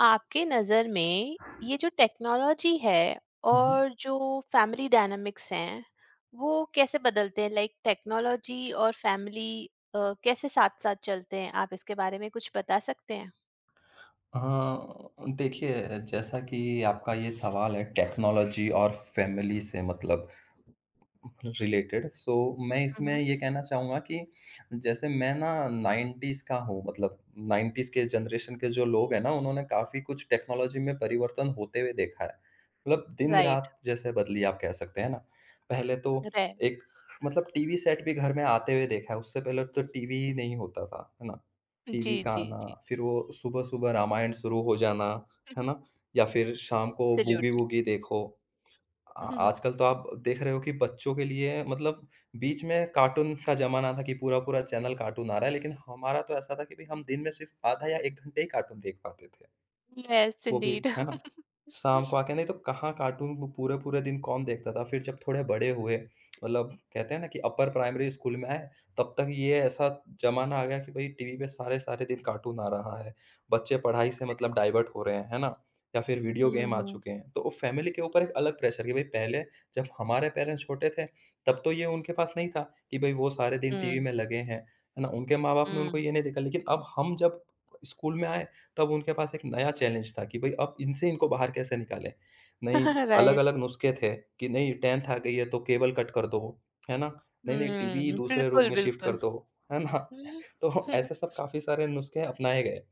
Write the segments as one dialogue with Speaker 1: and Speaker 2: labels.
Speaker 1: आपके नज़र में ये जो टेक्नोलॉजी है
Speaker 2: हुँ, हुँ।
Speaker 1: और जो फैमिली डायनामिक्स हैं वो कैसे बदलते हैं, लाइक टेक्नोलॉजी और फैमिली कैसे साथ साथ चलते हैं, आप इसके बारे में कुछ बता सकते हैं?
Speaker 2: देखिए जैसा कि आपका ये सवाल है टेक्नोलॉजी और फैमिली से मतलब रिलेटेड सो मैं इसमें
Speaker 1: हम्म।
Speaker 2: ये कहना चाहूँगा कि जैसे मैं ना 90s का हूँ मतलब 90s के जनरेशन के जो लोग हैं ना उन्होंने काफ़ी कुछ टेक्नोलॉजी में परिवर्तन होते हुए देखा है। मतलब
Speaker 1: राइट।
Speaker 2: दिन-रात जैसे बदली आप कह सकते हैं ना। पहले तो
Speaker 1: रे।
Speaker 2: एक मतलब टीवी सेट भी घर में आते हुए देखा है, उससे पहले तो टीवी ही नहीं होता था, है ना?
Speaker 1: जी
Speaker 2: टीवी का
Speaker 1: जी
Speaker 2: आना,
Speaker 1: जी।
Speaker 2: फिर वो सुबह-सुबह रामायण शुरू हो जाना, है ना? या फिर शाम को
Speaker 1: एब्सोल्युटली।
Speaker 2: बूगी-वूगी देखो। आ आजकल तो आप देख रहे हो कि बच्चों के लिए मतलब बीच में कार्टून का ज़माना था कि पूरा-पूरा चैनल कार्टून आ रहा है, लेकिन हमारा तो ऐसा था कि भई हम दिन में सिर्फ़ आधा या 1 घंटे ही कार्टून देख पाते थे।
Speaker 1: यस
Speaker 2: वो भी,
Speaker 1: इंडीड।
Speaker 2: है ना? शाम को आके नहीं तो कहाँ कार्टून वो पूरे-पूरे दिन कौन देखता था? फिर जब थोड़े बड़े हुए, मतलब कहते हैं ना कि अपर प्राइमरी स्कूल में आए, तब तक ये ऐसा ज़माना आ गया कि भई टीवी पे सारे-सारे दिन कार्टून आ रहा है। बच्चे पढ़ाई से मतलब डाइवर्ट हो रहे हैं, है ना? या फिर वीडियो गेम आ
Speaker 1: हम्म।
Speaker 2: चुके हैं। तो वो फैमिली के ऊपर एक अलग प्रेशर कि भई पहले जब हमारे पेरेंट्स छोटे थे, तब तो ये उनके पास नहीं था कि भई वो सारे दिन टीवी
Speaker 1: हम्म।
Speaker 2: में लगे हैं, है ना? उनके माँ-बाप ने उनको
Speaker 1: हम्म।
Speaker 2: ये नहीं देखा। लेकिन अब हम जब स्कूल में आए तब उनके पास एक नया चैलेंज था कि भई अब इनसे इनको बाहर कैसे निकालें? नहीं,
Speaker 1: राइट।
Speaker 2: अलग-अलग नुस्खे थे कि नहीं 10th आ गई है तो केबल कट कर दो, है ना? नहीं, नहीं टीवी
Speaker 1: हम्म,
Speaker 2: दूसरे रूम
Speaker 1: बिल्कुल
Speaker 2: में शिफ्ट कर
Speaker 1: बिल्कुल।
Speaker 2: दो, है ना?
Speaker 1: हम्म,
Speaker 2: तो ऐसे सब काफ़ी सारे नुस्खे अपनाए गए।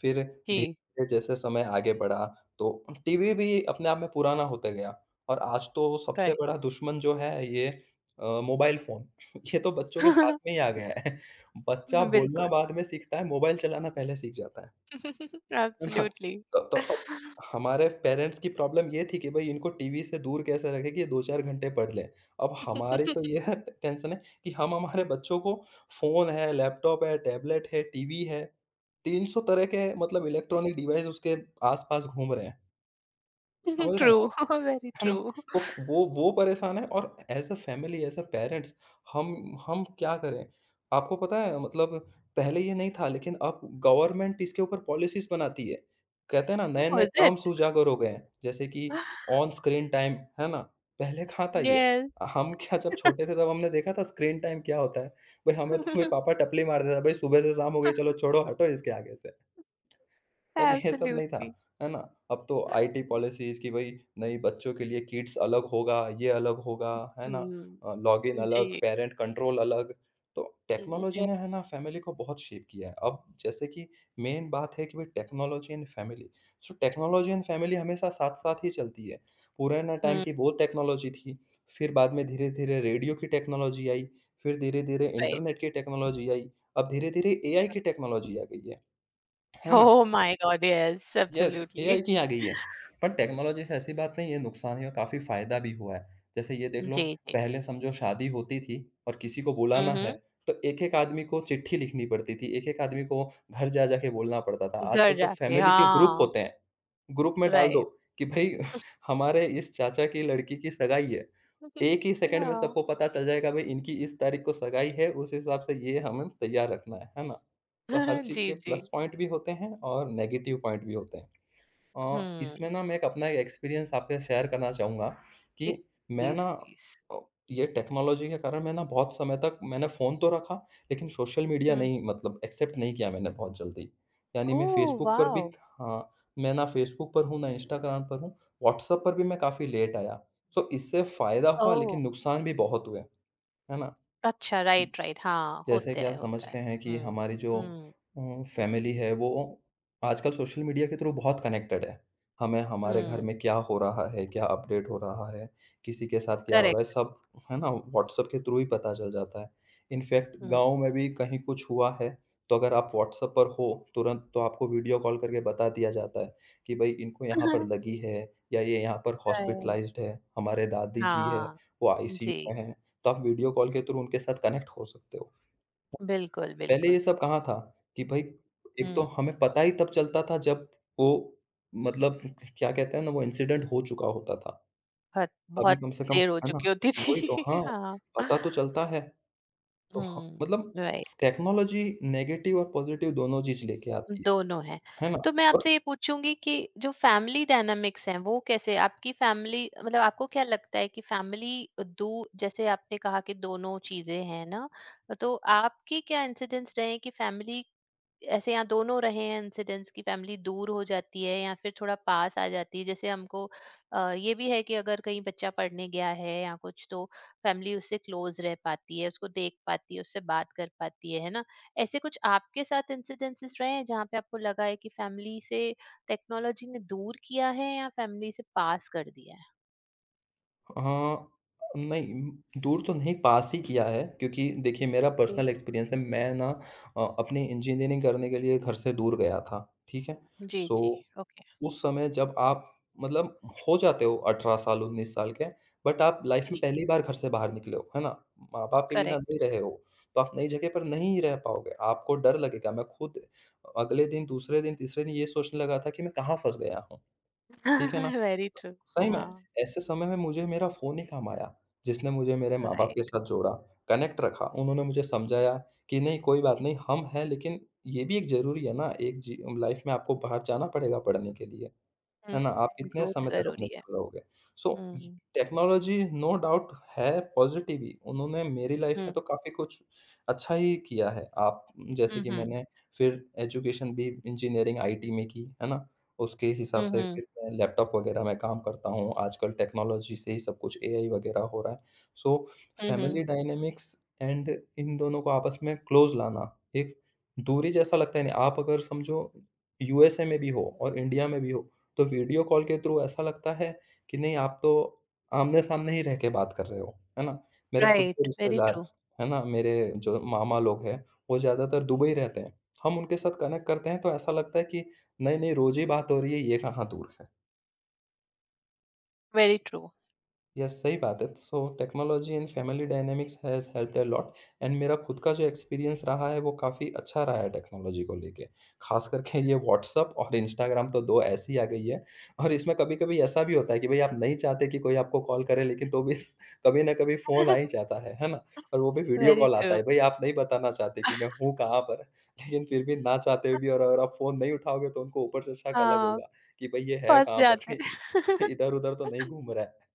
Speaker 2: फिर
Speaker 1: जी।
Speaker 2: धीरे-धीरे जैसे समय आगे बढ़ा तो टीवी भी अपने आप में पुराना होते गया और आज तो सबसे
Speaker 1: राइट।
Speaker 2: बड़ा दुश्मन जो है ये मोबाइल फ़ोन। ये तो बच्चों के हाथ में ही आ गया है। बच्चा बोलना
Speaker 1: बिल्कुल।
Speaker 2: बाद में सीखता है, मोबाइल चलाना पहले सीख जाता है। है ना?
Speaker 1: Absolutely.
Speaker 2: तो अब हमारे पेरेंट्स की प्रॉब्लम ये थी कि भई इनको टीवी से दूर कैसे रखें कि ये 2-4 घंटे पढ़ लें। अब हमारी तो ये है ट टेंशन है कि हम हमारे बच्चों को फ़ोन है, लैपटॉप है, टैबलेट है, टीवी है, 300 तरह के मतलब इलेक्ट्रॉनिक डिवाइस उसके आस-पास घूम रहे हैं। समझ रहे हैं आप?
Speaker 1: True. Very
Speaker 2: है ना?
Speaker 1: true.
Speaker 2: वो वो परेशान है और as a family, as a parents हम हम क्या करें? आपको पता है मतलब पहले ये नहीं था लेकिन अब गवर्नमेंट इसके ऊपर पॉलिसीज़ बनाती है। कहते हैं ना
Speaker 1: Oh,
Speaker 2: नए-नए
Speaker 1: is it?
Speaker 2: टर्म्स उजागर हो गए हैं, जैसे कि ऑन स्क्रीन टाइम, है ना? पहले कहाँ था ये?
Speaker 1: Yes.
Speaker 2: हम क्या जब छोटे थे तब हमने देखा था स्क्रीन टाइम क्या होता है? भई हमें तो भाई पापा टपली मार देता था, "भई सुबह से शाम हो गई चलो छोड़ो हटो इसके आगे से।" तब ये सब नहीं था,
Speaker 1: Absolutely.
Speaker 2: है ना? अब तो आईटी पॉलिसीज़ कि भई नहीं बच्चों के लिए किड्स अलग होगा, ये अलग होगा, है ना?
Speaker 1: Mm.
Speaker 2: लॉगिन अलग,
Speaker 1: Gee.
Speaker 2: पैरेंट कंट्रोल अलग, तो टेक्नोलॉजी
Speaker 1: Yeah.
Speaker 2: ने है ना फ़ैमिली को बहुत शेप किया है। अब जैसे कि मेन बात है कि भई technology and family, so technology and family हमेशा साथ-साथ ही चलती है। पुराना टाइम
Speaker 1: Mm.
Speaker 2: की वो टेक्नोलॉजी थी, फिर बाद में धीरे-धीरे रेडियो की टेक्नोलॉजी आई, फिर धीरे-धीरे
Speaker 1: Right.
Speaker 2: इंटरनेट की टेक्नोलॉजी आई, अब धीरे-धीरे एआई की टेक्नोलॉजी आ गई है ना?
Speaker 1: Oh my God, yes,
Speaker 2: yes,
Speaker 1: absolutely.
Speaker 2: AI की आ गई है। पर टेक्नोलॉजी से ऐसी बात नहीं है, नुकसान या काफ़ी फ़ायदा भी हुआ है। जैसे ये देख
Speaker 1: जी
Speaker 2: लो,
Speaker 1: जी।
Speaker 2: पहले समझो शादी होती थी और किसी को बुलाना है,
Speaker 1: हम्म।
Speaker 2: तो एक-एक आदमी को चिट्ठी लिखनी पड़ती थी, एक-एक आदमी को घर जा-जा के बोलना पड़ता था।
Speaker 1: घर
Speaker 2: आजकल तो
Speaker 1: जाके,
Speaker 2: फैमिली के ग्रुप
Speaker 1: हाँ।
Speaker 2: होते हैं, ग्रुप में डाल दो
Speaker 1: राइट।
Speaker 2: कि भई हमारे इस चाचा की लड़की की सगाई है। एक ही सेकंड में
Speaker 1: हाँ।
Speaker 2: सबको पता चल जाएगा भई इनकी इस तारीख को सगाई है, उस हिसाब से ये हमें तैयार रखना है ना? तो हर चीज़
Speaker 1: जी
Speaker 2: के
Speaker 1: जी।
Speaker 2: प्लस पॉइंट भी होते हैं और नेगेटिव पॉइंट भी होते हैं। इसमें
Speaker 1: हम्म।
Speaker 2: ना मैं एक अपना एक एक्सपीरियंस आपके साथ शेयर करना चाहूँगा कि मैं ना
Speaker 1: प्लीज प्लीज।
Speaker 2: अ, ये टेक्नोलॉजी के कारण मैं ना बहुत समय तक मैंने फ़ोन तो रखा, लेकिन सोशल मीडिया नहीं मतलब एक्सेप्ट नहीं किया मैंने बहुत जल्दी। यानी
Speaker 1: ओ।
Speaker 2: मैं फ़ेसबुक पर
Speaker 1: वाओ।
Speaker 2: भी हाँ, मैं ना फ़ेसबुक पर हूँ, ना इंस्टाग्राम पर हूँ, व्हाट्सएप पर भी मैं काफ़ी लेट आया। सो इससे फ़ायदा हुआ
Speaker 1: ओ।
Speaker 2: लेकिन नुकसान भी बहुत हुए, है ना?
Speaker 1: अच्छा, राइट, राइट। हाँ,
Speaker 2: जैसे
Speaker 1: होता
Speaker 2: कि आप
Speaker 1: है, होता है।
Speaker 2: समझते हैं कि
Speaker 1: हुँ,
Speaker 2: हमारी जो
Speaker 1: हुँ।
Speaker 2: फैमिली है वो आजकल सोशल मीडिया के थ्रू बहुत कनेक्टेड है। हमें हमारे घर
Speaker 1: हुँ,
Speaker 2: में क्या हो रहा है, क्या अपडेट हो रहा है, किसी के साथ क्या हो रहा है
Speaker 1: करेक्ट।
Speaker 2: सब है ना व्हाट्सएप के थ्रू ही पता चल जाता है। इनफैक्ट
Speaker 1: हुँ। राइट।
Speaker 2: गाँव में भी कहीं कुछ हुआ है, तो अगर आप व्हाट्सएप पर हो तुरंत तो आपको वीडियो कॉल करके बता दिया जाता है कि भई इनको यहाँ पर लगी है या ये यहाँ पर हॉस्पिटलाइज़्ड है, हमारे दादी जी है,
Speaker 1: हाँ।
Speaker 2: वो आईसीयू
Speaker 1: जी।
Speaker 2: में हैं। तो आप वीडियो कॉल के थ्रू उनके साथ कनेक्ट हो सकते हो।
Speaker 1: बिल्कुल,
Speaker 2: पहले
Speaker 1: बिल्कुल।
Speaker 2: ये सब कहाँ था कि भाई एक तो
Speaker 1: हुँ।
Speaker 2: हमें पता ही तब चलता था जब वो मतलब क्या कहते हैं ना वो इंसिडेंट हो चुका होता था।
Speaker 1: बहुत
Speaker 2: अभी
Speaker 1: बहुत
Speaker 2: कम से कम
Speaker 1: देर हो
Speaker 2: है ना?
Speaker 1: चुकी होती थी।
Speaker 2: वही तो हाँ,
Speaker 1: हाँ।
Speaker 2: पता तो चलता है। तो ह
Speaker 1: हुँ,
Speaker 2: मतलब
Speaker 1: राइट।
Speaker 2: टेक्नोलॉजी नेगेटिव और पॉज़िटिव दोनों चीज़ लेके आती
Speaker 1: दोनों हैं।
Speaker 2: है। है ना?
Speaker 1: तो मैं
Speaker 2: और
Speaker 1: आपसे ये पूछूँगी कि जो फैमिली डायनामिक्स हैं, वो कैसे आपकी फैमिली मतलब आपको क्या लगता है कि फैमिली दो, जैसे आपने कहा कि दोनों चीज़ें हैं ना, तो आपके क्या इंसिडेंट्स रहे हैं कि फैमिली ऐसे यहाँ दोनों रहे हैं इंसिडेंट्स की, फैमिली दूर हो जाती है या फिर थोड़ा पास आ जाती है जैसे हमको। ये भी है कि अगर कहीं बच्चा पढ़ने गया है या कुछ, तो फैमिली उससे क्लोज रह पाती है, उसको देख पाती है, उससे बात कर पाती है ना? ऐसे कुछ आपके साथ इंसिडेंसेस रहे हैं जहाँ पे आपको लगा है कि फैमिली से टेक्नोलॉजी ने दूर किया है या फैमिली से पास कर दिया है?
Speaker 2: हाँ, नहीं दूर तो नहीं पास ही किया है क्योंकि देखिए मेरा
Speaker 1: जी
Speaker 2: पर्सनल एक्सपीरियंस है मैं ना अपनी इंजीनियरिंग करने के लिए घर से दूर गया था। ठीक है?
Speaker 1: जी। जी।
Speaker 2: So
Speaker 1: okay.
Speaker 2: उस समय जब आप मतलब हो जाते हो 18 साल, 19 साल के, बट आप लाइफ में
Speaker 1: जी।
Speaker 2: पहली बार घर से बाहर निकले हो, है ना? माँ-बाप के बिना
Speaker 1: करेक्ट।
Speaker 2: नहीं रहे हो, तो आप नई जगह पर नहीं रह पाओगे, आपको डर लगेगा। मैं खुद अगले दिन, दूसरे दिन, तीसरे दिन ये सोचने लगा था कि मैं कहाँ फँस गया हूँ, ठीक है ना?
Speaker 1: Very true.
Speaker 2: सही में,
Speaker 1: हाँ।
Speaker 2: ऐसे समय में मुझे मेरा फ़ोन ही काम आया, जिसने मुझे मेरे माँ-बाप के
Speaker 1: राइट।
Speaker 2: साथ जोड़ा, कनेक्ट रखा। उन्होंने मुझे समझाया कि नहीं कोई बात नहीं, हम हैं लेकिन ये भी एक ज़रूरी है ना, एक जी लाइफ में आपको बाहर जाना पड़ेगा पढ़ने के लिए। है ना? आप कितने
Speaker 1: ग्रोथ
Speaker 2: समय तक अपने
Speaker 1: जरूरी है।
Speaker 2: घर रहोगे? सो य
Speaker 1: हम्म।
Speaker 2: टेक्नोलॉजी नो डाउट है पॉज़िटिव ही, उन्होंने मेरी लाइफ़ में तो काफ़ी कुछ अच्छा ही किया है। आप जैसे
Speaker 1: हुँ,
Speaker 2: कि
Speaker 1: हुँ।
Speaker 2: मैंने फिर एजुकेशन भी इंजीनियरिंग आईटी में की, है ना? उसके हिसाब
Speaker 1: हुँ,
Speaker 2: से
Speaker 1: हुँ।
Speaker 2: फिर मैं लैपटॉप वग़ैरह में काम करता हूँ, आजकल टेक्नोलॉजी से ही सब कुछ एआई वग़ैरह हो रहा है। सो
Speaker 1: हुँ,
Speaker 2: फैमिली
Speaker 1: हुँ।
Speaker 2: डायनामिक्स एंड इन दोनों को आपस में क्लोज़ लाना, एक दूरी जैसा लगता है नहीं, आप अगर समझो यूएसए में भी हो और इंडिया में भी हो, तो वीडियो कॉल के थ्रू ऐसा लगता है कि नहीं आप तो आमने-सामने ही रह के बात कर रहे हो, है ना? मेरे खुद के
Speaker 1: राइट, वेरी
Speaker 2: रिश्तेदार,
Speaker 1: ट्रू।
Speaker 2: है ना, मेरे जो मामा लोग हैं, वो ज़्यादातर दुबई रहते हैं। हम उनके साथ कनेक्ट करते हैं तो ऐसा लगता है कि नहीं, नहीं रोज़ ही बात हो रही है, ये कहाँ दूर है।
Speaker 1: वेरी ट्रू,
Speaker 2: यस सही बात है। So technology in family dynamics has helped a lot and मेरा खुद का जो एक्सपीरियंस रहा है वो काफ़ी अच्छा रहा है टेक्नोलॉजी को लेके। ख़ास करके ये व्हाट्सएप और इंस्टाग्राम तो 2 ऐसी आ गई है और इसमें कभी-कभी ऐसा भी होता है कि भई आप नहीं चाहते कि कोई आपको कॉल करे लेकिन तो भी स कभी न कभी फ़ोन आ ही जाता है ना? और वो भी वीडियो
Speaker 1: वेरी
Speaker 2: कॉल आता
Speaker 1: ट्रू।
Speaker 2: है। भई आप नहीं बताना चाहते कि मैं हूँ कहाँ पर लेकिन फिर भी ना चाहते हुए भी और अगर आप फ़ोन नहीं उठाओगे तो उनको ऊपर से शक अलग
Speaker 1: हाँ,
Speaker 2: होगा कि भई ये है
Speaker 1: फँस
Speaker 2: कहाँ पर?
Speaker 1: जाते हैं।
Speaker 2: कहीं इधर-उधर तो नहीं घूम रहा है।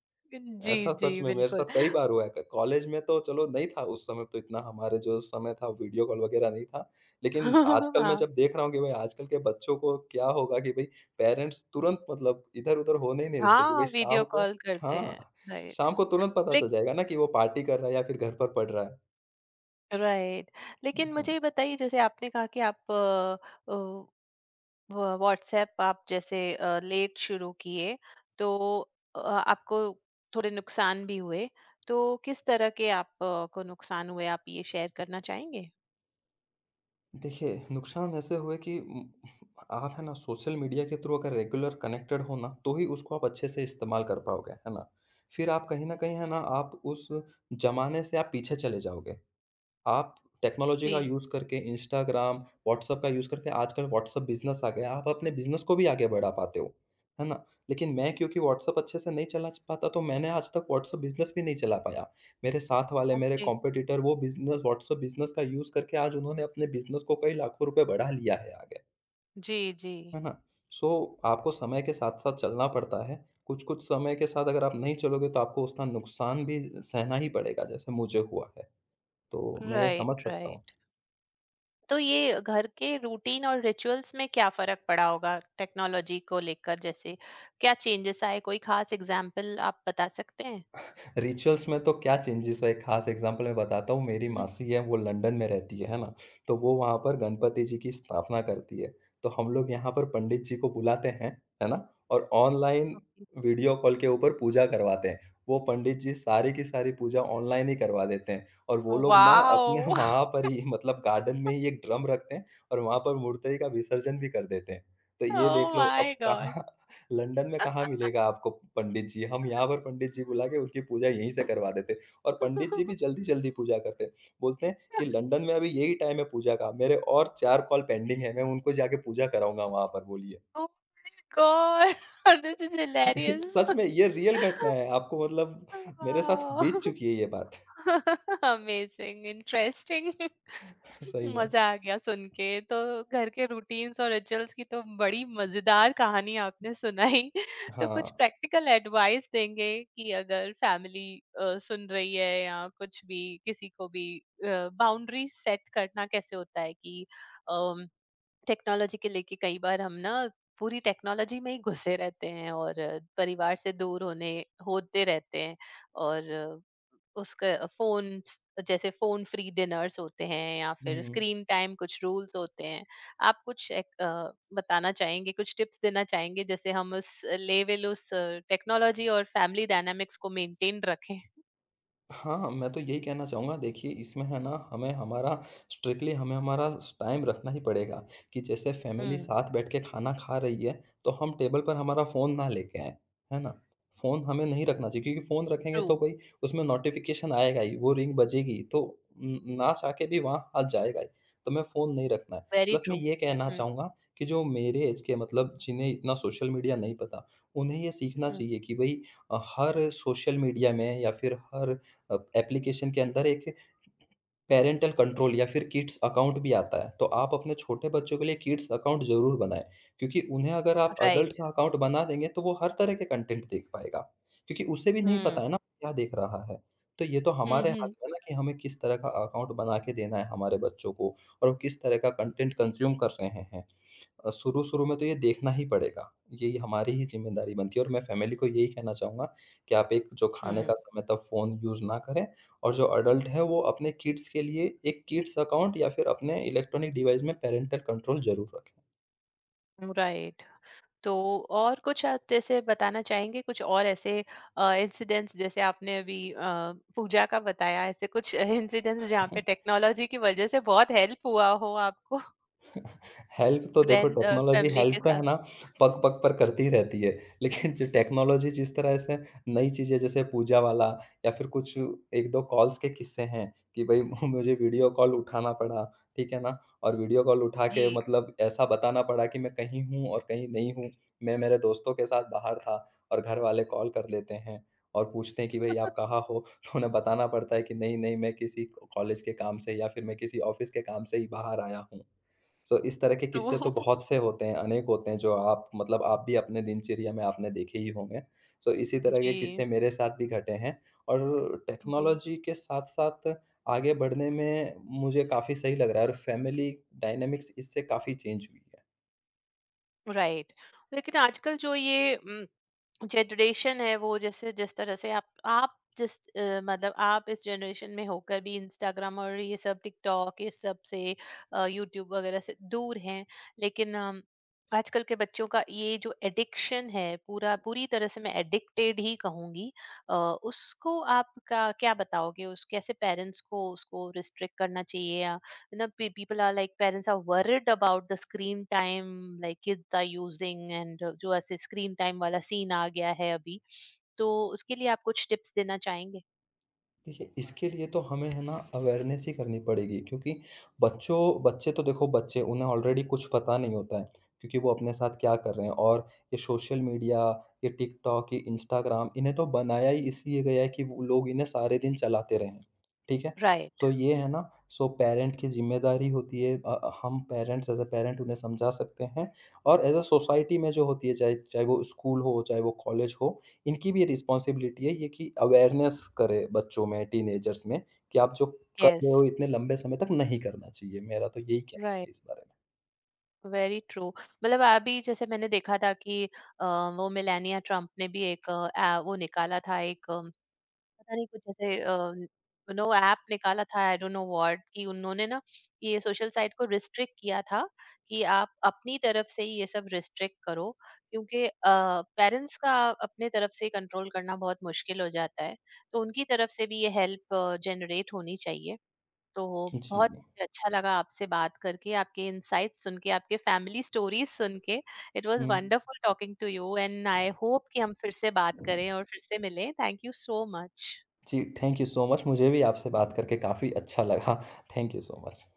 Speaker 1: जी,
Speaker 2: ऐसा
Speaker 1: जी,
Speaker 2: सच में मेरे साथ
Speaker 1: बिल्कुल।
Speaker 2: कई बार हुआ है। क कॉलेज में तो चलो नहीं था उस समय तो इतना हमारे जो समय था वीडियो कॉल वगैरह नहीं था। लेकिन आजकल मैं
Speaker 1: हाँ।
Speaker 2: जब देख रहा हूँ कि भई आजकल के बच्चों को क्या होगा कि भई पेरेंट्स तुरंत मतलब इधर-उधर होने ही नहीं देते कि भई
Speaker 1: हाँ,
Speaker 2: शाम
Speaker 1: वीडियो
Speaker 2: को
Speaker 1: कॉल करते हैं,
Speaker 2: हाँ,
Speaker 1: राइट।
Speaker 2: शाम को तुरंत पता
Speaker 1: लेक,
Speaker 2: चल जाएगा ना कि वो पार्टी कर रहा है या फिर घर पर पढ़ रहा
Speaker 1: राइट, लेकिन
Speaker 2: है।
Speaker 1: मुझे ये बताइए, जैसे आपने कहा कि आप अ, अ, व व्हाट्सएप आप जैसे लेट शुरू किए, तो आपको थोड़े नुकसान भी हुए, तो किस तरह के आप को नुकसान हुए, आप ये शेयर करना चाहेंगे?
Speaker 2: देखिए, नुकसान ऐसे हुए कि आप है ना सोशल मीडिया के थ्रू अगर रेगुलर कनेक्टेड हो ना, तो ही उसको आप अच्छे से इस्तेमाल कर पाओगे, है ना? फिर आप कहीं न कहीं है ना, आप उस ज़माने से आप पीछे चले जाओगे। आप टेक्नोलॉजी
Speaker 1: जी।
Speaker 2: का यूज़ करके इंस्टाग्राम, व्हाट्सएप का यूज़ करके आजकल व्हाट्सएप बिज़नेस आ गया है, आप अपने बिज़नेस को भी आगे बढ़ा पाते हो, है ना? लेकिन मैं क्योंकि व्हाट्सएप अच्छे से नहीं चला च पाता, तो मैंने आज तक व्हाट्सएप बिज़नेस भी नहीं चला पाया। मेरे साथ वाले मेरे
Speaker 1: ओके।
Speaker 2: कॉम्पिटिटर वो बिज़नेस व्हाट्सएप बिज़नेस का यूज़ करके आज उन्होंने अपने बिज़नेस को कई लाखों रुपए बढ़ा लिया है आगे,
Speaker 1: जी। जी।
Speaker 2: है ना? सो आपको समय के साथ-साथ चलना पड़ता है। कुछ-कुछ समय के साथ अगर आप नहीं चलोगे, तो आपको उसका नुकसान भी सहना ही पड़ेगा, जैसे मुझे हुआ है। तो मैं ये समझ
Speaker 1: राइट
Speaker 2: सकता हूँ।
Speaker 1: राइट तो ये घर के रूटीन और रिचुअल्स में क्या फर्क पड़ा होगा टेक्नोलॉजी को लेकर, जैसे क्या चेंजेस आए? कोई खास एग्जाम्पल आप बता सकते हैं?
Speaker 2: रिचुअल्स में तो क्या चेंजेस हुआ, एक खास एग्जांपल मैं बताता हूँ। मेरी मासी है, वो लंदन में रहती है ना? तो वो वहाँ पर गणपति जी की स्थापना करती है, तो हम लोग यहाँ पर पंडित जी को बुलाते हैं, है ना? और ऑनलाइन
Speaker 1: ओके।
Speaker 2: वीडियो कॉल के ऊपर पूजा करवाते हैं। वो पंडित जी सारी की सारी पूजा ऑनलाइन ही करवा देते हैं, और वो लोग ना
Speaker 1: वाओ।
Speaker 2: अपने वहाँ पर ही मतलब गार्डन में ही एक ड्रम रखते हैं और वहाँ पर मूर्ति का विसर्जन भी कर देते हैं। तो ये देख
Speaker 1: ओह
Speaker 2: लो, अब
Speaker 1: माय
Speaker 2: कहाँ
Speaker 1: गॉड।
Speaker 2: लंदन में कहाँ मिलेगा आपको पंडित जी। हम यहाँ पर पंडित जी बुला के उनकी पूजा यहीं से करवा देते, और पंडित जी भी जल्दी-जल्दी पूजा करते। बोलते हैं कि लंदन में अभी यही टाइम है पूजा का, मेरे और 4 कॉल पेंडिंग है, मैं उनको जाके पूजा कराऊँगा वहाँ पर, बोलिए।
Speaker 1: Oh my God. This is hilarious.
Speaker 2: सच
Speaker 1: वाओ।
Speaker 2: में ये रियल घटना है, आपको मतलब मेरे साथ बीत चुकी है ये बात।
Speaker 1: Amazing, interesting.
Speaker 2: सही में।
Speaker 1: मजा आ गया सुन के तो। घर के रूटीन्स और रिचुअल्स की तो बड़ी मजेदार कहानी आपने सुनाई। तो कुछ
Speaker 2: हाँ।
Speaker 1: प्रैक्टिकल एडवाइस देंगे कि अगर फैमिली सुन रही है या कुछ भी, किसी को भी बाउंड्री सेट करना कैसे होता है कि टेक्नोलॉजी के लेके कई बार हम ना पूरी टेक्नोलॉजी में ही घुसे रहते हैं और परिवार से दूर होने होते रहते हैं, और उसका फोन, जैसे फोन फ्री डिनर्स होते हैं या फिर
Speaker 2: हुँ।
Speaker 1: स्क्रीन टाइम कुछ रूल्स होते हैं, आप कुछ बताना चाहेंगे? कुछ टिप्स देना चाहेंगे जैसे हम उस लेवल उस टेक्नोलॉजी और फैमिली डायनामिक्स को मेंटेन रखें?
Speaker 2: हाँ, मैं तो यही कहना चाहूँगा। देखिए, इसमें है ना हमें हमारा स्ट्रिक्टली हमें हमारा स टाइम रखना ही पड़ेगा, कि जैसे फैमिली
Speaker 1: हम्म।
Speaker 2: साथ बैठ के खाना खा रही है, तो हम टेबल पर हमारा फ़ोन ना लेके आएँ, है ना? फ़ोन हमें नहीं रखना चाहिए, क्योंकि फ़ोन रखेंगे
Speaker 1: ट्रू।
Speaker 2: तो भाई उसमें नोटिफ़िकेशन आएगा ही, वो रिंग बजेगी, तो ना चाह के भी वहाँ हाथ जाएगा ही, तो मैं फ़ोन नहीं रखना है।
Speaker 1: वेरी
Speaker 2: प्लस मैं
Speaker 1: ट्रू।
Speaker 2: ये कहना
Speaker 1: हम्म।
Speaker 2: चाहूँगा कि जो मेरे ऐज के मतलब जिन्हें इतना सोशल मीडिया नहीं पता, उन्हें ये सीखना चाहिए कि भई हर सोशल मीडिया में या फिर हर एप्लीकेशन के अंदर एक पैरेंटल कंट्रोल या फिर किड्स अकाउंट भी आता है। तो आप अपने छोटे बच्चों के लिए किड्स अकाउंट ज़रूर बनाएँ, क्योंकि उन्हें अगर आप एडल्ट
Speaker 1: राइट।
Speaker 2: का अकाउंट बना देंगे तो वो हर तरह के कंटेंट देख पाएगा, क्योंकि उसे भी नहीं
Speaker 1: हम्म,
Speaker 2: पता है
Speaker 1: right.
Speaker 2: ना क्या देख रहा है। तो ये तो
Speaker 1: हम्म।
Speaker 2: हमारे हाथ
Speaker 1: हम्म।
Speaker 2: में है ना, कि हमें किस तरह का अकाउंट बना के देना है हमारे बच्चों को और वो किस तरह का कंटेंट कंज़्यूम कर रहे हैं। शुरू-शुरू में तो ये देखना ही पड़ेगा। ये हमारी ही ज़िम्मेदारी बनती है, और मैं फैमिली को यही कहना चाहूँगा कि आप एक जो खाने का
Speaker 1: हम्म,
Speaker 2: समय तब फ़ोन यूज़ ना करें, और जो अडल्ट है वो अपने किड्स के लिए एक किड्स अकाउंट या फिर अपने इलेक्ट्रॉनिक डिवाइस में पैरेंटल कंट्रोल ज़रूर रखें।
Speaker 1: right. तो और कुछ आप जैसे बताना चाहेंगे? कुछ और ऐसे इंसिडेंट्स जैसे आपने अभी पूजा का बताया, ऐसे कुछ इंसिडेंट्स जहाँ पे टेक्नोलॉजी की वजह से बहुत हेल्प हुआ हो आपको,
Speaker 2: हेल्प तो देखो,
Speaker 1: फ्रेंड
Speaker 2: टेक्नोलॉजी
Speaker 1: फैमिली
Speaker 2: हेल्प
Speaker 1: के
Speaker 2: तो है
Speaker 1: साथ?
Speaker 2: ना पग पग पर करती ही रहती है, लेकिन जो टेक्नोलॉजी जिस तरह से नई चीज़ें जैसे पूजा वाला या फिर कुछ 1-2 कॉल्स के किस्से हैं कि भई मुझे वीडियो कॉल उठाना पड़ा, ठीक है ना? और वीडियो कॉल उठा के
Speaker 1: जी।
Speaker 2: मतलब ऐसा बताना पड़ा कि मैं कहीं हूँ और कहीं नहीं हूँ। मैं मेरे दोस्तों के साथ बाहर था, और घर वाले कॉल कर देते हैं और पूछते हैं कि भई आप कहाँ हो? तो उन्हें बताना पड़ता है कि नहीं, नहीं मैं किसी कॉलेज के काम से या फिर मैं किसी ऑफ़िस के काम से ही बाहर आया हूँ। सो इस तरह के
Speaker 1: ट्रू।
Speaker 2: किस्से तो बहुत से होते हैं, अनेक होते हैं, जो आप मतलब आप भी अपने दिनचर्या में आपने देखे ही होंगे। सो इसी तरह के
Speaker 1: जी।
Speaker 2: किस्से मेरे साथ भी घटे हैं, और
Speaker 1: जी।
Speaker 2: टेक्नोलॉजी के साथ-साथ आगे बढ़ने में मुझे काफ़ी सही लग रहा है, और फैमिली डायनामिक्स इससे काफ़ी चेंज हुई है।
Speaker 1: राइट। लेकिन आजकल जो ये जनरेशन है वो, जैसे जिस तरह से आप जिस मतलब आप इस जनरेशन में होकर भी इंस्टाग्राम और ये सब टिकटॉक, ये सब से यूट्यूब वगैरह से दूर हैं, लेकिन आजकल के बच्चों का ये जो एडिक्शन है, पूरा पूरी तरह से मैं एडिक्टेड ही कहूंगी। अ, उसको आप का क्या बताओगे? उस कैसे पेरेंट्स को उसको रिस्ट्रिक्ट करना चाहिए? People are like parents are worried about the screen time, like kids are using, and जो ऐसे screen time वाला scene आ गया है अभी, तो उसके लिए आप कुछ tips देना चाहेंगे?
Speaker 2: देखिए, इसके लिए तो हमें है ना अवेयरनेस ही करनी पड़ेगी, क्योंकि बच्चों बच्चे तो देखो, बच्चे उन्हें ऑलरेडी कुछ पता नहीं होता है, क्योंकि वो अपने साथ क्या कर रहे हैं, और ये सोशल मीडिया, ये टिकटॉक, ये इंस्टाग्राम इन्हें तो बनाया ही इसलिए गया है कि वो लोग इन्हें सारे दिन चलाते रहें, ठीक है?
Speaker 1: राइट।
Speaker 2: सो ये है ना, सो पेरेंट की ज़िम्मेदारी होती है, हम पेरेंट्स एज़ अ पेरेंट उन्हें समझा सकते हैं, और एज़ अ सोसाइटी में जो होती है, चाहे चाहे वो स्कूल हो, चाहे वो कॉलेज हो, इनकी भी रिस्पॉन्सिबिलिटी है ये, कि अवेयरनेस करे बच्चों में, टीनेजर्स में, कि आप जो कर
Speaker 1: यस।
Speaker 2: रहे हो इतने लंबे समय तक नहीं करना चाहिए। मेरा तो यही कहना
Speaker 1: राइट।
Speaker 2: है इस बारे
Speaker 1: वेरी ट्रू। मतलब अभी जैसे मैंने देखा था कि अ, वो मेलानिया ट्रम्प ने भी एक वो निकाला था एक, पता नहीं कुछ ऐसे नो ऐप निकाला था, आई डोंट नो व्हाट, कि उन्होंने ना ये सोशल साइट को रिस्ट्रिक्ट किया था, कि आप अपनी तरफ से ही ये सब रिस्ट्रिक्ट करो, क्योंकि पेरेंट्स का अपने तरफ से कंट्रोल करना बहुत मुश्किल हो जाता है, तो उनकी तरफ से भी ये हेल्प जनरेट होनी चाहिए। तो
Speaker 2: में। जी,
Speaker 1: बहुत अच्छा लगा आपसे बात करके, आपके इनसाइट सुन के, आपके फैमिली स्टोरीज सुन के। It was
Speaker 2: hmm.
Speaker 1: Wonderful talking to you, and I hope कि हम फिर से बात करें और फिर से मिलें। Thank you so much.
Speaker 2: जी, थैंक यू सो मच। मुझे भी आपसे बात करके काफ़ी अच्छा लगा। Thank you so much.